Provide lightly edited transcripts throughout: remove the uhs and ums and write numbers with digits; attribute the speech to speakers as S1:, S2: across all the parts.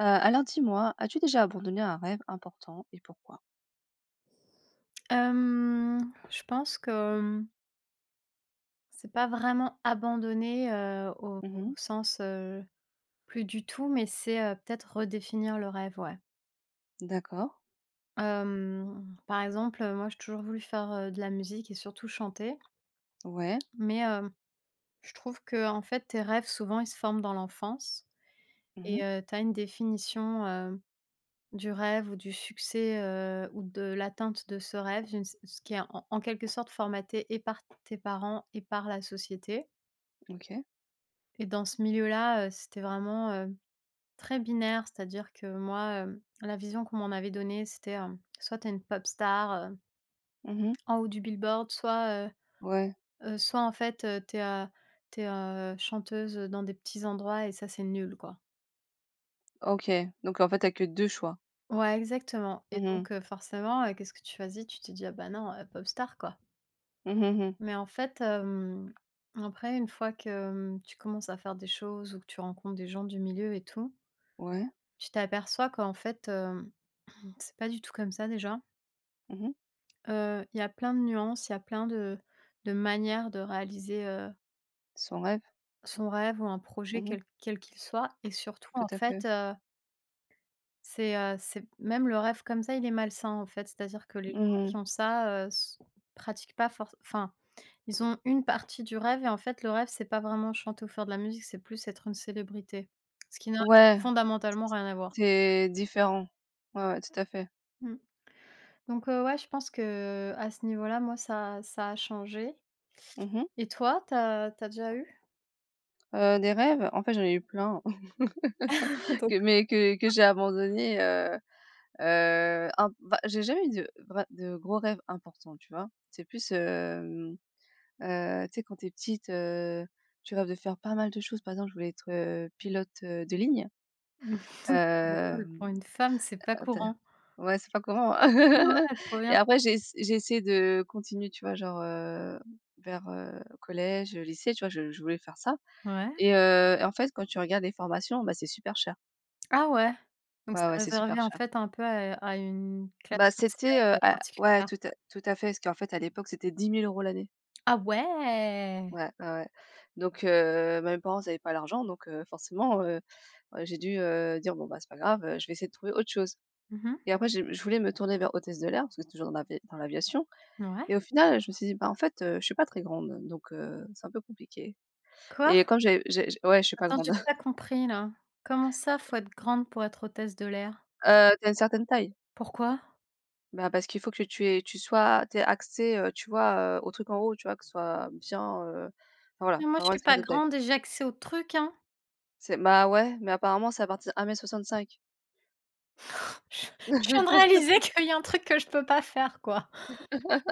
S1: Alors dis-moi, as-tu déjà abandonné un rêve important et pourquoi?
S2: Je pense que, c'est pas vraiment abandonner, au
S1: Mmh.
S2: sens, plus du tout, mais c'est, peut-être redéfinir le rêve, ouais.
S1: D'accord.
S2: Par exemple, moi j'ai toujours voulu faire, de la musique et surtout chanter,
S1: Ouais.
S2: mais, je trouve que en fait tes rêves souvent ils se forment dans l'enfance
S1: Mmh.
S2: et tu as une définition, du rêve ou du succès, ou de l'atteinte de ce rêve, une ce ce qui est en quelque sorte formaté et par tes parents et par la société.
S1: OK.
S2: Et dans ce milieu-là, c'était vraiment, très binaire. C'est-à-dire que moi, la vision qu'on m'en avait donnée, c'était, soit t'es une pop star,
S1: Mmh.
S2: en haut du billboard,
S1: Ouais.
S2: soit en fait, t'es es, tu chanteuse dans des petits endroits et ça, c'est nul, quoi.
S1: OK. Donc en fait, t'as que 2 choix.
S2: Ouais, exactement, et
S1: Mmh mh.
S2: donc forcément, qu'est-ce que tu choisis? Tu te dis: «Ah bah non, pop star, quoi».
S1: Mmh mmh.
S2: Mais en fait, après une fois que, tu commences à faire des choses ou que tu rencontres des gens du milieu et tout,
S1: Ouais.
S2: tu t'aperçois qu'en fait, c'est pas du tout comme ça déjà.
S1: Mmh.
S2: Il y a plein de nuances, il y a plein de manières de réaliser,
S1: Son rêve.
S2: son rêve ou un projet
S1: Mmh.
S2: quel qu'il soit, et surtout
S1: Tout
S2: en
S1: à fait.
S2: fait, c'est même le rêve comme ça, il est malsain en fait. C'est-à-dire que les gens
S1: Mmh.
S2: qui ont ça, s pratiquent pas forcément. Enfin, ils ont une partie du rêve et en fait le rêve, c'est pas vraiment chanter ou faire de la musique, c'est plus être une célébrité. Ce qui n'a
S1: Ouais,
S2: fondamentalement rien à voir.
S1: c'est différent. Ouais, ouais, tout à fait.
S2: Mmh. Donc ouais, je pense que à ce niveau-là, moi, ça a changé.
S1: Mmh mh.
S2: Et toi, t'as as déjà eu?
S1: Des rêves, en fait, j'en ai eu plein
S2: Donc
S1: que mais que j'ai abandonné. Imp Bah, j'ai jamais eu de gros rêves importants, tu vois? C'est plus. Hem Tu sais, quand t'es petite, tu rêves de faire pas mal de choses. Par exemple, je voulais être pilote de ligne.
S2: c'est drôle,
S1: Hem,
S2: pour une femme, c'est pas
S1: Attends,
S2: courant.
S1: ouais, c'est pas comment.
S2: Ouais, trop
S1: Et
S2: bien.
S1: après j'ai essayé de continuer, tu vois, genre vers collège, lycée, tu vois? Je voulais faire ça
S2: Ouais.
S1: et en fait, quand tu regardes les formations, bah, c'est super cher.
S2: Ah ouais, donc c'est
S1: Ouais, ouais, c'est
S2: réservé,
S1: super
S2: en
S1: cher.
S2: fait, un peu à une
S1: Bah,
S2: classe
S1: c'était,
S2: sociale
S1: à ouais,
S2: particulière.
S1: tout à fait, parce qu'en fait, à l'époque, c'était 10 000 euros l'année.
S2: Ah ouais!
S1: Ouais, ouais, ouais. Donc bah, mes parents n'avaient pas l'argent donc forcément, j'ai dû, dire: «Bon, bah, c'est pas grave, je vais essayer de trouver autre chose».
S2: Mmh.
S1: Et après j'ai je voulais me tourner vers hôtesse de l'air parce que c'est toujours dans l'avi dans l'aviation.
S2: Ouais.
S1: Et au final, je me suis dit: «Bah, en fait, je suis pas très grande donc c'est un peu compliqué».
S2: Quoi?
S1: Et comme j'ai j ouais, je suis pas
S2: Attends,
S1: grande.
S2: j'ai pas compris, là. Comment ça, faut être grande pour être hôtesse de l'air?
S1: Tu une certaine taille.
S2: Pourquoi?
S1: Bah, parce qu'il faut que tu es tu sois t'es es axée, tu vois, au truc en haut, tu vois? Que ce soit bien, enfin voilà,
S2: Mais moi,
S1: faut
S2: je
S1: avoir une
S2: suis pas
S1: certaine taille.
S2: grande et j'ai accès aux trucs, hein!
S1: C'est bah, ouais, mais apparemment c'est à partir d'1 m cinq.
S2: Je je viens de réaliser qu'il y a un truc que je peux pas faire, quoi.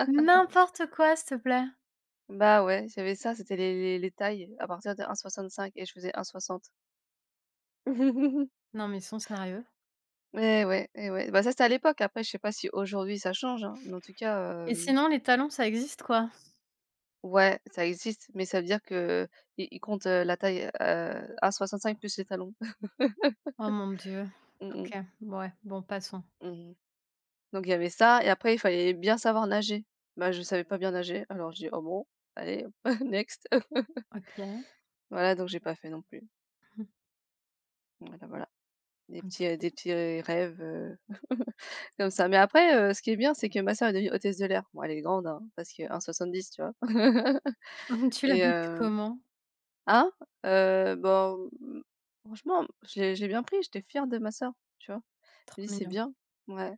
S2: N'importe quoi, s'il te plaît.
S1: Bah ouais, j'avais ça, c'était les tailles à partir de 1,65 et je faisais 1,60.
S2: Non, mais ils sont sérieux?
S1: Eh ouais, eh ouais. Bah, ça, c'était à l'époque. Après, je sais pas si aujourd'hui ça change, hein, mais en tout cas,
S2: Et sinon, les talons, ça existe, quoi?
S1: ouais, ça existe, mais ça veut dire que ils comptent, la taille, 1,65 plus les talons.
S2: Oh mon Dieu.
S1: Mmh mh.
S2: OK, bon, ouais, bon, passons.
S1: Mmh. Donc il y avait ça et après il fallait bien savoir nager. Bah, je savais pas bien nager, alors j'ai dit: «Oh bon, allez, next».
S2: OK.
S1: Voilà, donc j'ai pas fait non plus.
S2: Mmh,
S1: Voilà, voilà. Des petits, heu,
S2: OK.
S1: des petits, heu, rêves, comme ça. Mais après, ce qui est bien, c'est que ma sœur est devenue hôtesse de l'air. Bon, elle est grande, hein, parce que 1,70, tu vois?
S2: Tu l'as
S1: Et
S2: vécu
S1: heu
S2: comment?
S1: hein? Bon, franchement, j'ai bien pris, j'étais fière de ma sœur, tu vois? Je
S2: Trop
S1: me dis: «C'est
S2: mignon.
S1: bien». Ouais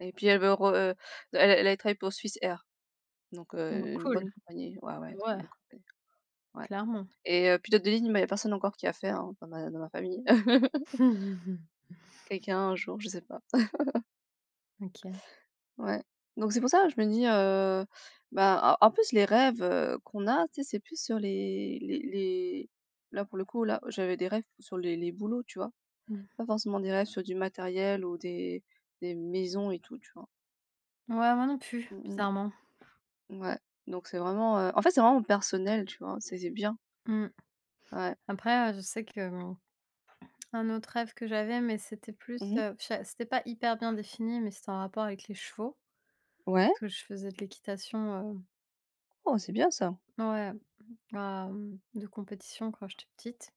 S1: et puis elle veut re elle a travaillé pour Swiss Air, donc
S2: Mmh,
S1: une
S2: cool.
S1: bonne compagnie. Ouais, ouais, trop
S2: Ouais,
S1: bonne compagnie, ouais
S2: clairement.
S1: pilote de ligne, mais il y a personne encore qui a fait, hein, dans ma famille. Quelqu'un, un jour, je sais pas.
S2: OK.
S1: Ouais. Donc c'est pour ça, je me dis, bah, en plus les rêves, qu'on a, tu sais, c'est plus sur les là pour le coup, là, j'avais des rêves sur les boulots, tu vois?
S2: Mmh.
S1: Pas forcément des rêves sur du matériel ou des maisons et tout, tu vois?
S2: Ouais, moi non plus,
S1: Mmh mh.
S2: bizarrement.
S1: Ouais. Donc c'est vraiment, en fait, c'est vraiment personnel, tu vois? C'est bien.
S2: Mmh.
S1: Ouais.
S2: Après, je sais que, un autre rêve que j'avais, mais c'était plus,
S1: Mmh.
S2: je sa c'était pas hyper bien défini, mais c'était en rapport avec les chevaux.
S1: Ouais.
S2: Parce que je faisais de l'équitation,
S1: Oh, c'est bien ça.
S2: ouais, à, de compétition quand j'étais petite,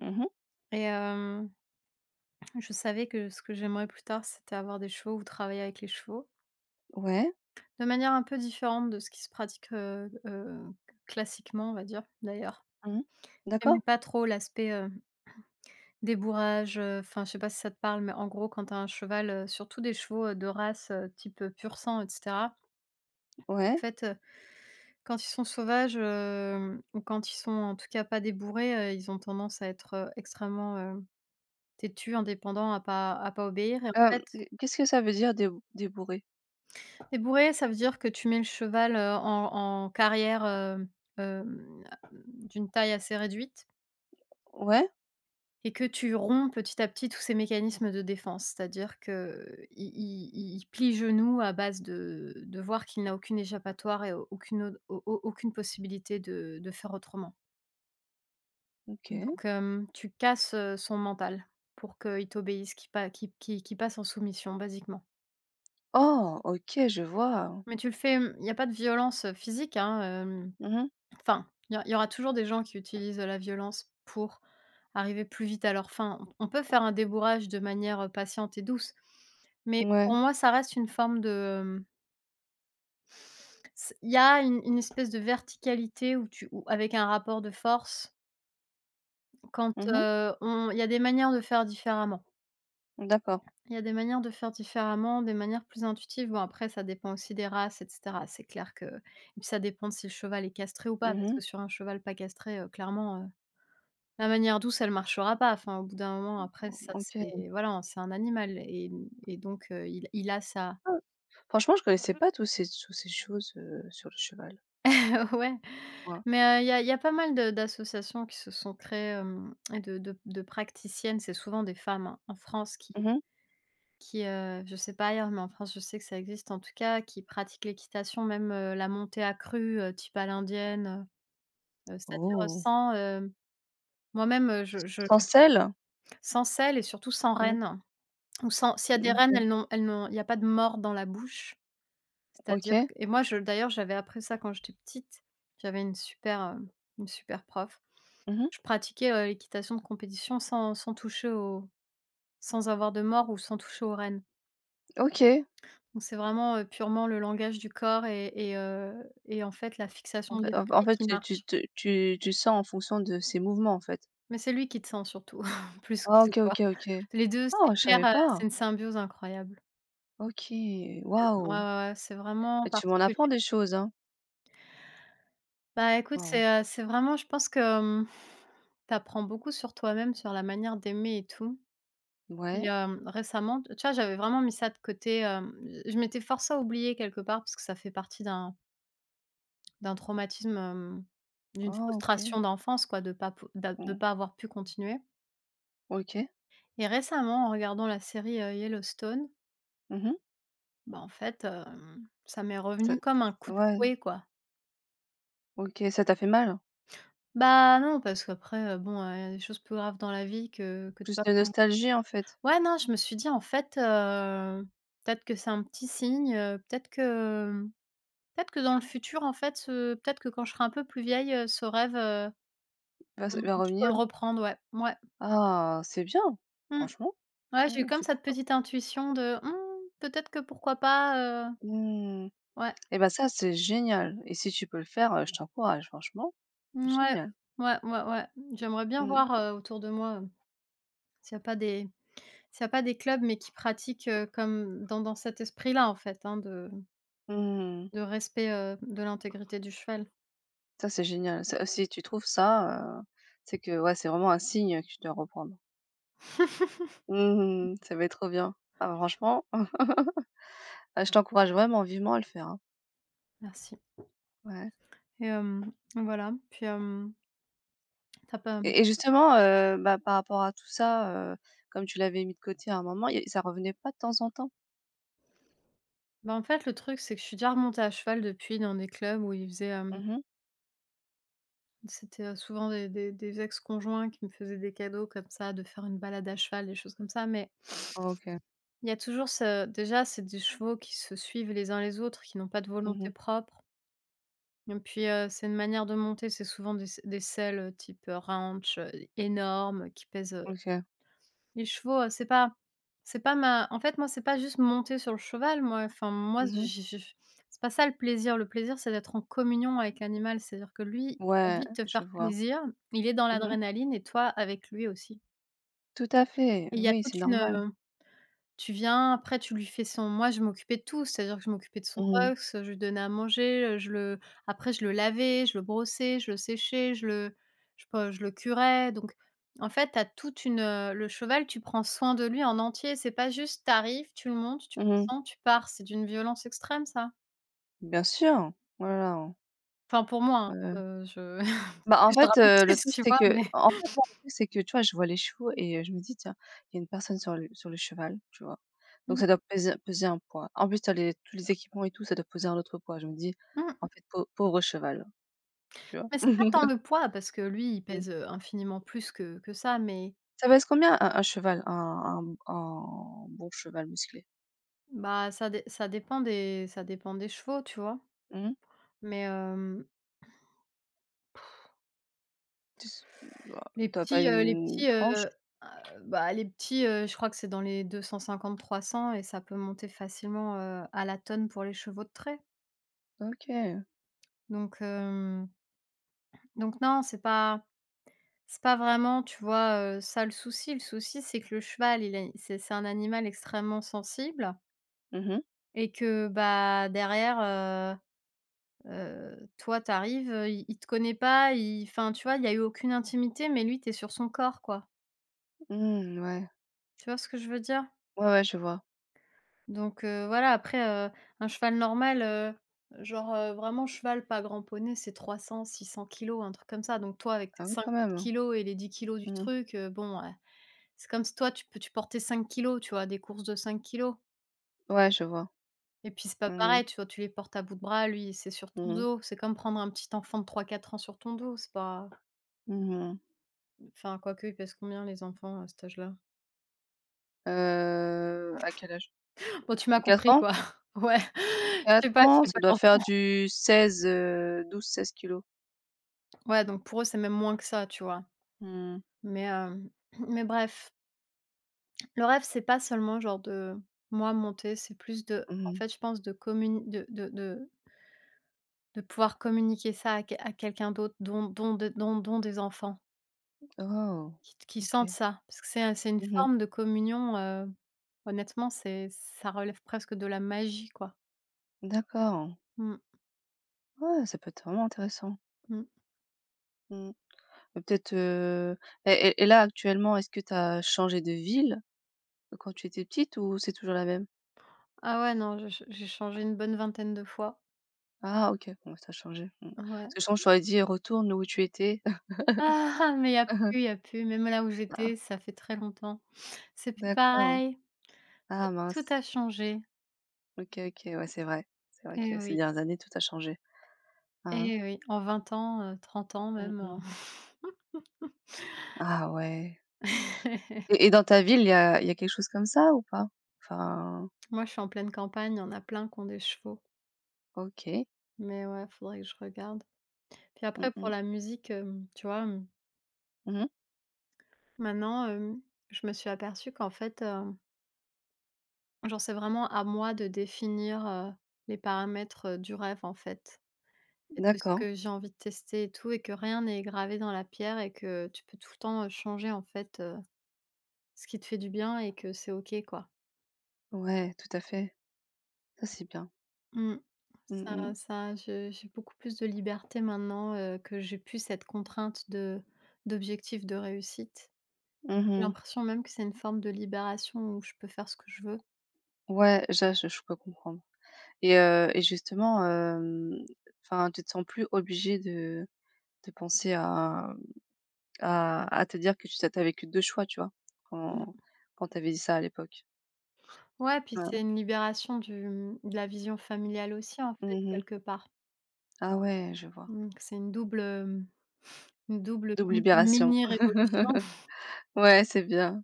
S1: Mmh.
S2: et je savais que ce que j'aimerais plus tard, c'était avoir des chevaux ou travailler avec les chevaux.
S1: Ouais.
S2: De manière un peu différente de ce qui se pratique, classiquement, on va dire, d'ailleurs.
S1: Mmh.
S2: J'aimais
S1: D'accord.
S2: pas trop l'aspect, débourrage, enfin, je sais pas si ça te parle, mais en gros, quand tu as un cheval, surtout des chevaux, de race, type, pur sang et cetera, en
S1: Ouais.
S2: fait, quand ils sont sauvages, ou quand ils sont en tout cas pas débourrés, ils ont tendance à être, extrêmement, têtus, indépendants, à pas obéir, et en
S1: Hem,
S2: fait,
S1: Qu'est-ce que ça veut dire dé débourré?
S2: débourrés, ça veut dire que tu mets le cheval, en carrière, hem, d'une taille assez réduite,
S1: Ouais,
S2: et que tu romps petit à petit tous ses mécanismes de défense. C'est-à-dire que il plie genou à base de voir qu'il n'a aucune échappatoire et aucune au au aucune possibilité de faire autrement.
S1: OK.
S2: Donc tu casses, son mental pour qu'il t'obéisse, qu'il pa qu'il qu'il qu'il passe en soumission basiquement.
S1: Oh! OK, je vois.
S2: Mais tu le fais, il n'y a pas de violence, physique, hein,
S1: Mmh mh.
S2: enfin, il y aura toujours des gens qui utilisent la violence pour arriver plus vite à leurs fins. On peut faire un débourrage de manière, patiente et douce, mais
S1: Ouais.
S2: pour moi, ça reste une forme de, hem, c il y a une espèce de verticalité où avec un rapport de force quand,
S1: Mmh mh.
S2: on il y a des manières de faire différemment.
S1: D'accord.
S2: Il y a des manières de faire différemment, des manières plus intuitives. Bon, après, ça dépend aussi des races, et cetera. C'est clair, que et puis ça dépend de si le cheval est castré ou pas,
S1: Mmh
S2: parce
S1: mh.
S2: que sur un cheval pas castré, clairement, la manière douce, elle marchera pas. Enfin, au bout d'un moment, après, ça, c'est
S1: OK.
S2: voilà, hein, c'est un animal et et donc il a ça.
S1: Ah, franchement, je connaissais pas tous ces choses, sur le cheval.
S2: Ouais,
S1: Ouais.
S2: mais il y a pas mal de d'associations qui se sont créées, hem et de praticiennes. C'est souvent des femmes, hein, en France
S1: Mmh mh.
S2: Je sais pas ailleurs, mais en France, je sais que ça existe en tout cas, qui pratiquent l'équitation, même, la montée à crue, type à l'indienne, c'est-à-dire,
S1: Oh!
S2: sans, moi-même, je
S1: Sans
S2: j'uti
S1: selle?
S2: sans sel et surtout sans
S1: Mmh.
S2: renne ou sans s'il y a des rennes,
S1: OK.
S2: elles n'ont il n'y a pas de mort dans la bouche. C'est-à-dire
S1: OK.
S2: que, et moi, je d'ailleurs, j'avais appris ça quand j'étais petite. J'avais une super, une super prof.
S1: Mmh mh.
S2: Je pratiquais, l'équitation de compétition, sans sans toucher au sans avoir de mort ou sans toucher aux rênes.
S1: OK.
S2: Donc c'est vraiment, purement le langage du corps et en fait la fixation de
S1: En
S2: l'esprit
S1: fait,
S2: qui
S1: tu tu
S2: marche.
S1: te tu tu sens en fonction de ses mouvements, en fait?
S2: Mais c'est lui qui te sent surtout, plus que
S1: Ah,
S2: c'est
S1: OK,
S2: toi.
S1: OK, OK.
S2: Les deux,
S1: Oh,
S2: c'est
S1: je
S2: hyper,
S1: savais pas.
S2: c'est une symbiose incroyable.
S1: OK.
S2: Ouais, ouais,
S1: Waouh!
S2: ouais, c'est vraiment
S1: Bah, tu m'en
S2: particulier.
S1: apprends des choses, hein.
S2: Bah, écoute,
S1: Waouh.
S2: c'est vraiment, je pense que, tu apprends beaucoup sur toi-même, sur la manière d'aimer et tout, et
S1: Ouais.
S2: récemment, tu vois, j'avais vraiment mis ça de côté, je m'étais forcée à oublier quelque part, parce que ça fait partie d'un traumatisme, d'une
S1: Oh, OK.
S2: frustration d'enfance, quoi, de
S1: Mmh.
S2: pas avoir pu continuer.
S1: OK.
S2: Et récemment, en regardant la série, Yellowstone,
S1: Mmh mh.
S2: bah, en fait, ça m'est
S1: Ça
S2: revenu comme un coup de
S1: Ouais.
S2: fouet, quoi.
S1: OK, ça t'a fait mal?
S2: Bah non, parce qu'après, bon, il y a des choses plus graves dans la vie que de
S1: Plus
S2: pas
S1: de
S2: pou
S1: nostalgie, en fait,
S2: ouais, non, je me suis dit: «En fait, peut-être que c'est un petit signe, peut-être que, mmh, peut-être que dans le futur, en fait, ce peut-être que quand je serai un peu plus vieille, ce rêve, mmh,
S1: va
S2: je peux
S1: revenir.
S2: le reprendre». Ouais, ouais.
S1: Ah, c'est bien,
S2: Mmh.
S1: franchement.
S2: Ouais, j'ai eu
S1: Mmh,
S2: comme
S1: c'est
S2: cette
S1: cool.
S2: petite intuition de: «Mmh, peut-être que, pourquoi pas,»
S1: Mmh.
S2: ouais,
S1: Et bah, ça, c'est génial et si tu peux le faire, je t'encourage, franchement,
S2: mouais,
S1: génial.
S2: ouais, ouais, ouais. Ouais, j'aimerais bien
S1: Mmh.
S2: voir, autour de moi, s'il y a pas des s'il y a pas des clubs mais qui pratiquent, comme dans cet esprit-là, en fait, hein, de
S1: Mmh.
S2: de respect, de l'intégrité du cheval.
S1: Ça, c'est génial. Ça, si tu trouves ça, c'est que, ouais, c'est vraiment un signe que tu dois reprendre. Mmh. Ça va être trop bien. Ah bah, franchement, ah, je t'encourage vraiment vivement à le faire, hein.
S2: Merci.
S1: Ouais.
S2: Et voilà, puis, hem, tu pas
S1: Et justement, bah, par rapport à tout ça, comme tu l'avais mis de côté à un moment, y ça revenait pas de temps en temps?
S2: bah, en fait, le truc, c'est que je suis déjà remontée à cheval depuis, dans des clubs où ils faisaient, hem
S1: Mmh.
S2: c'était, souvent des ex-conjoints qui me faisaient des cadeaux comme ça, de faire une balade à cheval, des choses comme ça, mais
S1: OK.
S2: il y a toujours ce déjà, c'est des chevaux qui se suivent les uns les autres, qui n'ont pas de volonté
S1: Mmh.
S2: propre, et puis, c'est une manière de monter, c'est souvent des selles, type, ranch, énormes, qui pèsent,
S1: OK.
S2: les chevaux, c'est pas ma en fait, moi, c'est pas juste monter sur le cheval, moi, enfin, moi,
S1: Mmh.
S2: j j j c'est pas ça, le plaisir. Le plaisir, c'est d'être en communion avec l'animal. C'est-à-dire que lui, il a
S1: Ouais,
S2: envie de te
S1: je
S2: faire
S1: vois.
S2: plaisir, il est dans
S1: Mmh.
S2: l'adrénaline et toi avec lui aussi.
S1: Tout à fait,
S2: Et il y a
S1: oui, c'est
S2: toute une,
S1: normal.
S2: tu viens, après tu lui fais son, moi je m'occupais de tout, c'est-à-dire que je m'occupais de son
S1: Mmh mh.
S2: box, je lui donnais à manger, je le après je le lavais, je le brossais, je le séchais, je le curais, donc en fait, tu toute une, le cheval, tu prends soin de lui en entier. C'est pas juste t'arrives arrives, tu le montes, tu
S1: Mmh.
S2: descends, tu pars. C'est d'une violence extrême, ça.
S1: Bien sûr. Voilà.
S2: Enfin pour moi,
S1: Ouais, ouais.
S2: hein, je
S1: Bah, en
S2: je
S1: fait, le
S2: dramatise,
S1: truc,
S2: tu
S1: c'est
S2: vois?
S1: que
S2: Mais
S1: en fait, moi, le truc, c'est que, tu vois, je vois les chevaux je me dis: «Tiens, il y a une personne sur le cheval», tu vois? Donc
S2: mmh,
S1: ça doit peser un poids. En plus, tu les tous les équipements et tout, ça doit peser un autre poids. Je me dis: «En
S2: mmh,
S1: fait, pauvre cheval», tu vois?
S2: mais c'est pas tant le poids parce que lui, il
S1: Mmh.
S2: pèse, infiniment plus que ça. Mais
S1: Ça pèse combien un cheval? Un un bon cheval musclé?
S2: bah, ça dépend des chevaux, tu vois?
S1: Mmh.
S2: Mais,
S1: Tu s Bah,
S2: les
S1: tu as pas
S2: petits, heu, les
S1: une
S2: petits, heu,
S1: tranche?
S2: heu, les petits, je crois que c'est dans les 250-300 et ça peut monter facilement, à la tonne pour les chevaux de trait.
S1: OK.
S2: Donc, hem, donc non, c'est pas vraiment, tu vois, ça le souci. Le souci, c'est que le cheval, il est c'est un animal extrêmement sensible
S1: Mmh mh.
S2: et que, bah, derrière, toi, t'arrives, il te connaît pas, il enfin, tu vois, il y a eu aucune intimité, mais lui, t'es sur son corps, quoi.
S1: Mmh, ouais.
S2: Tu vois ce que je veux dire?
S1: Ouais, ouais, je vois.
S2: Donc voilà, après, un cheval normal, genre, vraiment cheval pas grand poney, c'est 300, 600 kilos, un truc comme ça. Donc toi, avec tes
S1: Ah oui, quand
S2: 50
S1: même, hein.
S2: kilos et les 10 kilos du
S1: Mmh mh.
S2: truc, bon, ouais, c'est comme si toi, tu portais 5 kilos, tu vois, des courses de 5 kilos.
S1: Ouais, je vois.
S2: Et puis c'est pas
S1: Mmh mh.
S2: pareil, tu vois, tu les portes à bout de bras, lui, c'est sur ton
S1: Mmh mh.
S2: dos. C'est comme prendre un petit enfant de 3, 4 ans sur ton dos, c'est pas.
S1: Mmh mh.
S2: Enfin, quoique, ils pèsent combien les enfants à cet âge-là?
S1: À quel âge?
S2: Bon, tu m'as
S1: quatre
S2: compris,
S1: ans?
S2: quoi. Ouais, je sais
S1: quatre
S2: pas,
S1: ans,
S2: j'ai
S1: ça
S2: pas
S1: doit
S2: d'enfant.
S1: faire du 16 12-16 kilogrammes.
S2: Ouais, donc pour eux, c'est même moins que ça, tu vois?
S1: Mmh.
S2: Mais, mais bref, le rêve, c'est pas seulement genre de moi monter, c'est plus de
S1: Mmh mh.
S2: je pense, de communi de pouvoir communiquer ça à quelqu'un d'autre, dont dont de dont dont des enfants
S1: Oh!
S2: qui sentent
S1: OK.
S2: ça. Parce que c'est une
S1: Mmh mh.
S2: forme de communion, honnêtement, c'est ça relève presque de la magie, quoi.
S1: D'accord.
S2: Mmh
S1: Ouais, ça peut être vraiment intéressant.
S2: mh.
S1: Mmh. Peut-être. Là, actuellement, est-ce que tu as changé de ville quand tu étais petite ou c'est toujours la même?
S2: Ah ouais, non, je ch j'ai changé une bonne vingtaine de fois.
S1: Ah OK, bon ça a changé. Mmh.
S2: Ouais.
S1: Parce que sinon je t'aurais dit: «Retourne où tu étais».
S2: Ah, mais il y a plus, il y a plus. Même là où
S1: Ah,
S2: j'étais, ça fait très longtemps. C'est plus
S1: d'accord.
S2: pareil.
S1: Ah,
S2: Tout
S1: mince.
S2: a changé.
S1: OK, OK, ouais c'est vrai. C'est vrai
S2: Eh
S1: que ces
S2: oui,
S1: dernières années tout a changé. Ah hein.
S2: eh oui. En 20 ans, 30 ans même,
S1: Mmh.
S2: heu.
S1: Ah ouais. Et dans ta ville, il y a quelque chose comme ça ou pas? Enfin.
S2: Moi, je suis en pleine campagne, il y en a plein qui ont des chevaux.
S1: OK.
S2: Mais ouais, faudrait que je regarde. Puis
S1: Mmh
S2: après pour
S1: mh.
S2: la musique, tu vois,
S1: Mmh.
S2: maintenant, je me suis aperçue qu'en fait, genre, c'est vraiment à moi de définir, les paramètres, du rêve, en fait, de ce
S1: D'accord.
S2: que j'ai envie de tester et tout, et que rien n'est gravé dans la pierre, et que tu peux tout le temps, changer, en fait, ce qui te fait du bien, et que c'est OK, quoi.
S1: Ouais, tout à fait. Ça c'est bien.
S2: Mmh.
S1: Mmh
S2: Ça
S1: mh.
S2: ça je j'ai beaucoup plus de liberté maintenant, que j'ai plus cette contrainte de d'objectif de réussite. J'ai
S1: Mmh.
S2: l'impression même que c'est une forme de libération où je peux faire ce que je veux.
S1: Ouais, je peux comprendre. Et justement, enfin tu te sens plus obligé de penser à te dire que tu avais que choix, tu vois? Quand
S2: Mmh.
S1: quand tu dit ça à l'époque.
S2: Ouais, puis c'est
S1: Ouais.
S2: une libération de la vision familiale aussi, en fait,
S1: Mmh.
S2: quelque part.
S1: Ah ouais, je vois.
S2: Donc c'est une double, mmh, une double
S1: Double
S2: Mmh
S1: libération.
S2: mini révolution.
S1: Ouais, c'est bien.